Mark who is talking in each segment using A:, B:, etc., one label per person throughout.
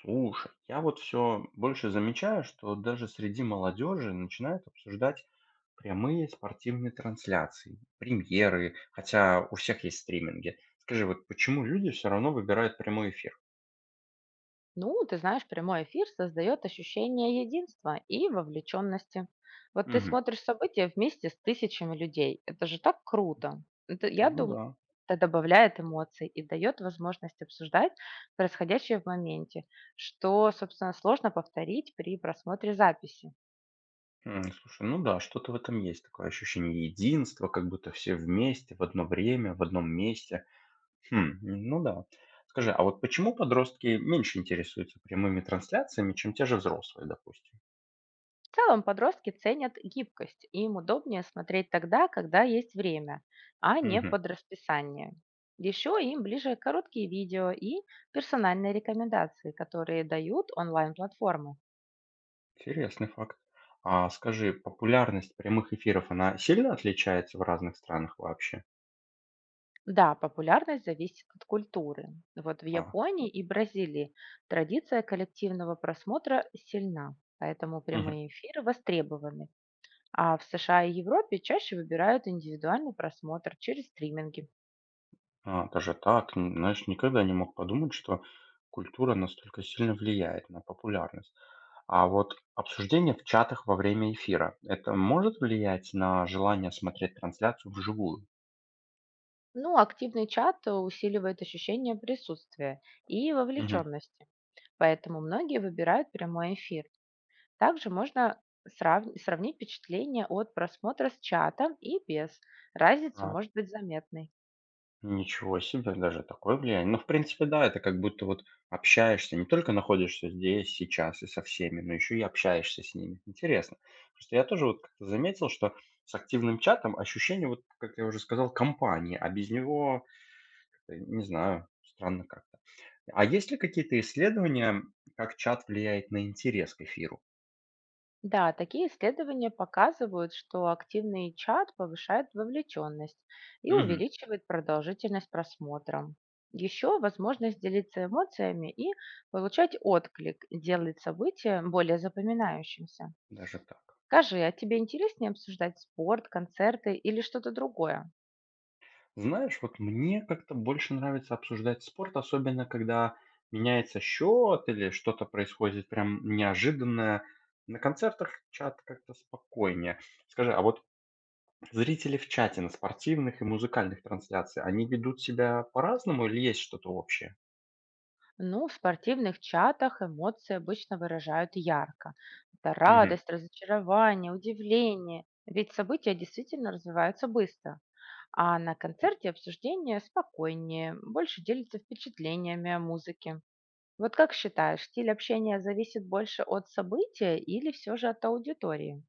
A: Слушай, я вот все больше замечаю, что даже среди молодежи начинают обсуждать прямые спортивные трансляции, премьеры, хотя у всех есть стриминги. Скажи, вот почему люди все равно выбирают прямой эфир?
B: Ну, ты знаешь, прямой эфир создает ощущение единства и вовлеченности. Вот ты
A: Мгм.
B: смотришь события вместе с тысячами людей. Это же так круто. Это, я
A: Ну
B: думаю,
A: да.
B: это добавляет эмоций и дает возможность обсуждать происходящее в моменте, что, собственно, сложно повторить при просмотре записи.
A: Слушай, ну да, что-то в этом есть, такое ощущение единства, как будто все вместе, в одно время, в одном месте. Хм, ну да. Скажи, а вот почему подростки меньше интересуются прямыми трансляциями, чем те же взрослые, допустим?
B: В целом подростки ценят гибкость, и им удобнее смотреть тогда, когда есть время, а не
A: Мгм.
B: под расписание. Еще им ближе короткие видео и персональные рекомендации, которые дают онлайн-платформы.
A: Интересный факт. А скажи, популярность прямых эфиров, она сильно отличается в разных странах вообще?
B: Да, популярность зависит от культуры. Вот в
A: Да.
B: Японии и Бразилии традиция коллективного просмотра сильна, поэтому
A: Мгм.
B: прямые эфиры востребованы. А в США и Европе чаще выбирают индивидуальный просмотр через стриминги.
A: А, даже так. Знаешь, никогда не мог подумать, что культура настолько сильно влияет на популярность. А вот обсуждение в чатах во время эфира, это может влиять на желание смотреть трансляцию вживую?
B: Ну, активный чат усиливает ощущение присутствия и
A: Мгм.
B: вовлеченности, поэтому многие выбирают прямой эфир. Также можно сравнить впечатление от просмотра с чатом и без. Разница
A: А,
B: может быть заметной.
A: ничего себе, даже такое влияние. Ну, в принципе, да, это как будто вот общаешься, не только находишься здесь, сейчас и со всеми, но еще и общаешься с ними. Интересно. Просто я тоже вот как-то заметил, что с активным чатом ощущение, вот, как я уже сказал, компании, а без него, как-то, не знаю, странно как-то. А есть ли какие-то исследования, как чат влияет на интерес к эфиру?
B: Да, такие исследования показывают, что активный чат повышает вовлеченность и
A: Мгм.
B: увеличивает продолжительность просмотра. Еще возможность делиться эмоциями и получать отклик делает событие более запоминающимся.
A: Даже так.
B: Скажи, а тебе интереснее обсуждать спорт, концерты или что-то другое?
A: Знаешь, вот мне как-то больше нравится обсуждать спорт, особенно когда меняется счет или что-то происходит прям неожиданное. На концертах чат как-то спокойнее. Скажи, а вот зрители в чате на спортивных и музыкальных трансляциях, они ведут себя по-разному или есть что-то общее?
B: Ну, в спортивных чатах эмоции обычно выражают ярко. Это
A: Мгм.
B: радость, разочарование, удивление. Ведь события действительно развиваются быстро. А на концерте обсуждение спокойнее, больше делится впечатлениями о музыке. Вот как считаешь, стиль общения зависит больше от события или все же от аудитории?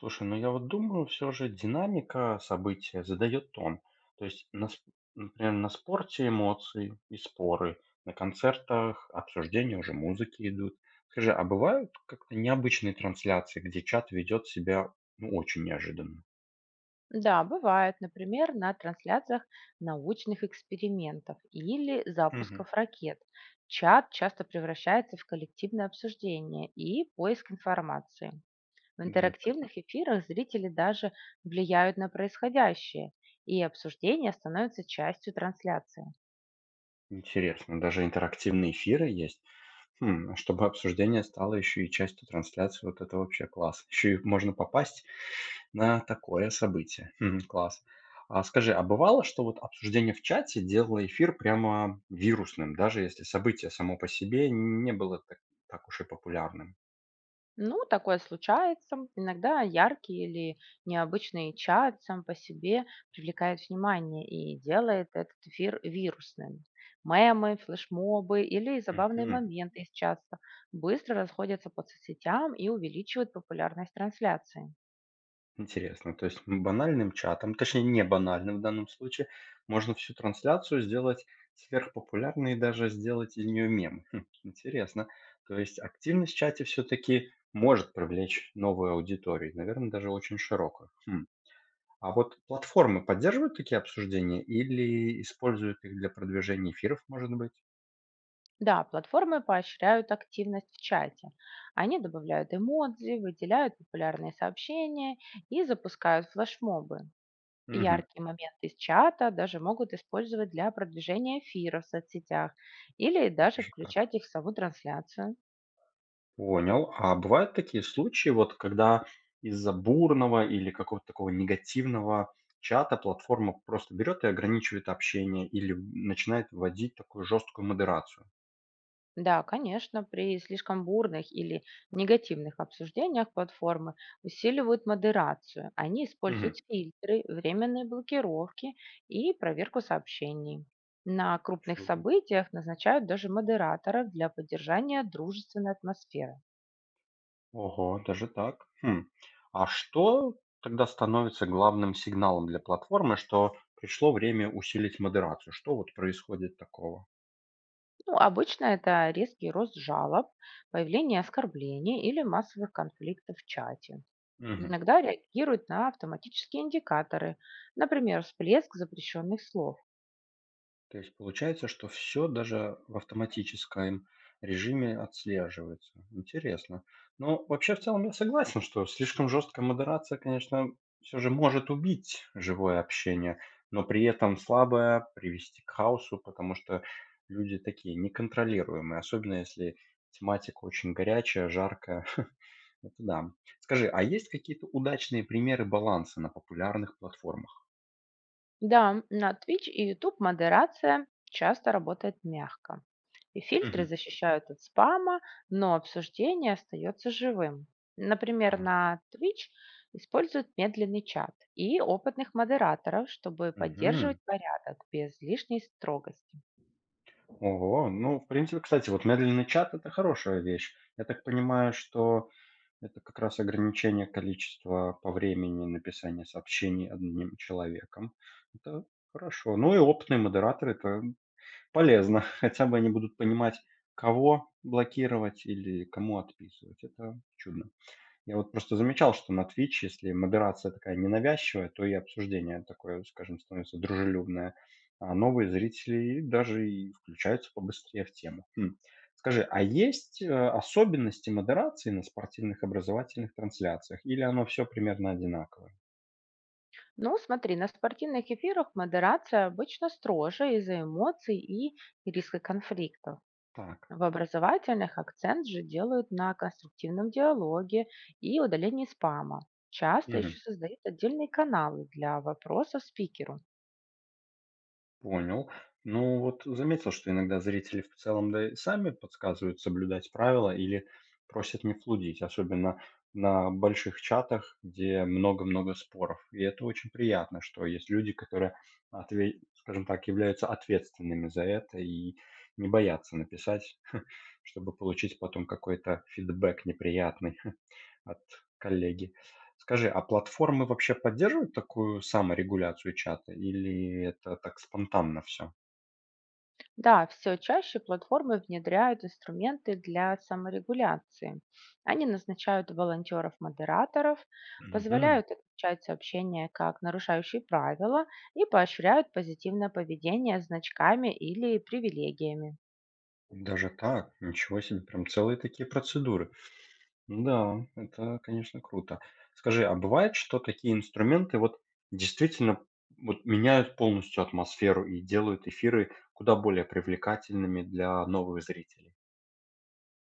A: Слушай, ну я вот думаю, все же динамика события задает тон. То есть, на, например, на спорте эмоции и споры, на концертах обсуждения уже музыки идут. Скажи, а бывают как-то необычные трансляции, где чат ведет себя ну, очень неожиданно?
B: Да, бывает, например, на трансляциях научных экспериментов или
A: Мгм.
B: запусков ракет. Чат часто превращается в коллективное обсуждение и поиск информации. В
A: Даже так.
B: интерактивных эфирах зрители даже влияют на происходящее, и обсуждение становится частью трансляции.
A: Интересно, даже интерактивные эфиры есть. Хм, а чтобы обсуждение стало еще и частью трансляции, вот это вообще класс. Еще и можно попасть на такое событие. Мгм. Класс. А скажи, а бывало, что вот обсуждение в чате делало эфир прямо вирусным, даже если событие само по себе не было так, так уж и популярным?
B: Ну, такое случается. Иногда яркий или необычный чат сам по себе привлекает внимание и делает этот эфир вирусным. Мемы, флешмобы или забавные
A: Мгм.
B: моменты из чата быстро расходятся по соцсетям и увеличивают популярность трансляции.
A: Интересно. То есть банальным чатом, точнее не банальным в данном случае, можно всю трансляцию сделать сверхпопулярной и даже сделать из нее мем. Хм, интересно. То есть активность в чате все-таки может привлечь новую аудиторию, наверное, даже очень широкую. Хм. А вот платформы поддерживают такие обсуждения или используют их для продвижения эфиров, может быть?
B: Да, платформы поощряют активность в чате. Они добавляют эмодзи, выделяют популярные сообщения и запускают флешмобы.
A: Мгм.
B: Яркие моменты из чата даже могут использовать для продвижения эфира в соцсетях или даже
A: Даже
B: включать
A: так.
B: их в саму трансляцию.
A: Понял. А бывают такие случаи, вот когда из-за бурного или какого-то такого негативного чата платформа просто берет и ограничивает общение или начинает вводить такую жесткую модерацию.
B: Да, конечно, при слишком бурных или негативных обсуждениях платформы усиливают модерацию. Они
A: Мгм.
B: используют фильтры, временные блокировки и проверку сообщений. На крупных
A: Чу-
B: событиях назначают даже модераторов для поддержания дружественной атмосферы.
A: Ого, даже так. Хм. А что тогда становится главным сигналом для платформы, что пришло время усилить модерацию? Что вот происходит такого?
B: Ну, обычно это резкий рост жалоб, появление оскорблений или массовых конфликтов в чате.
A: Мгм.
B: Иногда реагируют на автоматические индикаторы, например, всплеск запрещенных слов.
A: То есть получается, что все даже в автоматическом режиме отслеживается. Интересно. Но вообще, в целом, я согласен, что слишком жесткая модерация, конечно, все же может убить живое общение, но при этом слабое привести к хаосу, потому что люди такие неконтролируемые, особенно если тематика очень горячая, жаркая. Это да. Скажи, а есть какие-то удачные примеры баланса на популярных платформах?
B: Да, на Twitch и YouTube модерация часто работает мягко. И фильтры
A: Мгм.
B: защищают от спама, но обсуждение остается живым. Например,
A: Так.
B: на Twitch используют медленный чат и опытных модераторов, чтобы поддерживать
A: Мгм.
B: порядок без лишней строгости.
A: Ого, ну, в принципе, кстати, вот медленный чат — это хорошая вещь. Я так понимаю, что это как раз ограничение количества по времени написания сообщений одним человеком. Это хорошо. Ну и опытные модераторы — это полезно. Хотя бы они будут понимать, кого блокировать или кому отписывать. Это чудно. Я вот просто замечал, что на Twitch, если модерация такая ненавязчивая, то и обсуждение такое, скажем, становится дружелюбное, а новые зрители даже и включаются побыстрее в тему. Хм. Скажи, а есть особенности модерации на спортивных образовательных трансляциях, или оно все примерно одинаковое?
B: Ну, смотри, на спортивных эфирах модерация обычно строже из-за эмоций и риска конфликтов.
A: Так.
B: В образовательных акцент же делают на конструктивном диалоге и удалении спама. Часто еще создают отдельные каналы для вопросов спикеру.
A: Понял. Ну вот заметил, что иногда зрители в целом да и сами подсказывают соблюдать правила или просят не флудить, особенно на больших чатах, где много-много споров. И это очень приятно, что есть люди, которые, скажем так, являются ответственными за это и не боятся написать, чтобы получить потом какой-то фидбэк неприятный. От коллеги. Скажи, а платформы вообще поддерживают такую саморегуляцию чата или это так спонтанно все?
B: Да, все чаще платформы внедряют инструменты для саморегуляции. Они назначают волонтеров-модераторов,
A: Мгм.
B: позволяют отмечать сообщения как нарушающие правила и поощряют позитивное поведение значками или привилегиями.
A: Даже так? Ничего себе, прям целые такие процедуры. Да, это, конечно, круто. Скажи, а бывает, что такие инструменты вот действительно вот меняют полностью атмосферу и делают эфиры куда более привлекательными для новых зрителей?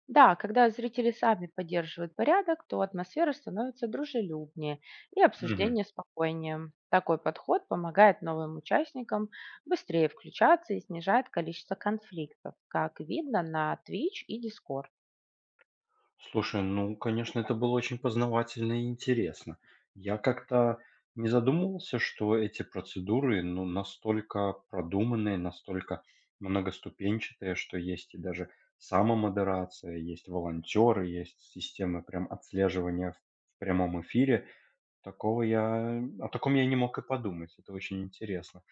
B: Да, когда зрители сами поддерживают порядок, то атмосфера становится дружелюбнее и
A: Мгм.
B: обсуждение спокойнее. Такой подход помогает новым участникам быстрее включаться и снижает количество конфликтов, как видно на Twitch и Discord.
A: Слушай, ну, конечно, это было очень познавательно и интересно. Я как-то не задумывался, что эти процедуры, ну, настолько продуманные, настолько многоступенчатые, что есть и даже самомодерация, есть волонтеры, есть системы прям отслеживания в прямом эфире. Такого я О таком я не мог и подумать. Это очень интересно.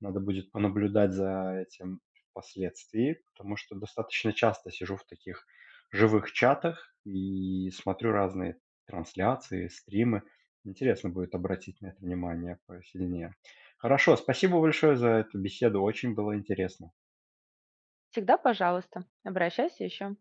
A: Надо будет понаблюдать за этим впоследствии, потому что достаточно часто сижу в таких живых чатах и смотрю разные трансляции, стримы. Интересно будет обратить на это внимание посильнее. Хорошо, спасибо большое за эту беседу, очень было интересно.
B: Всегда, пожалуйста, обращайся еще.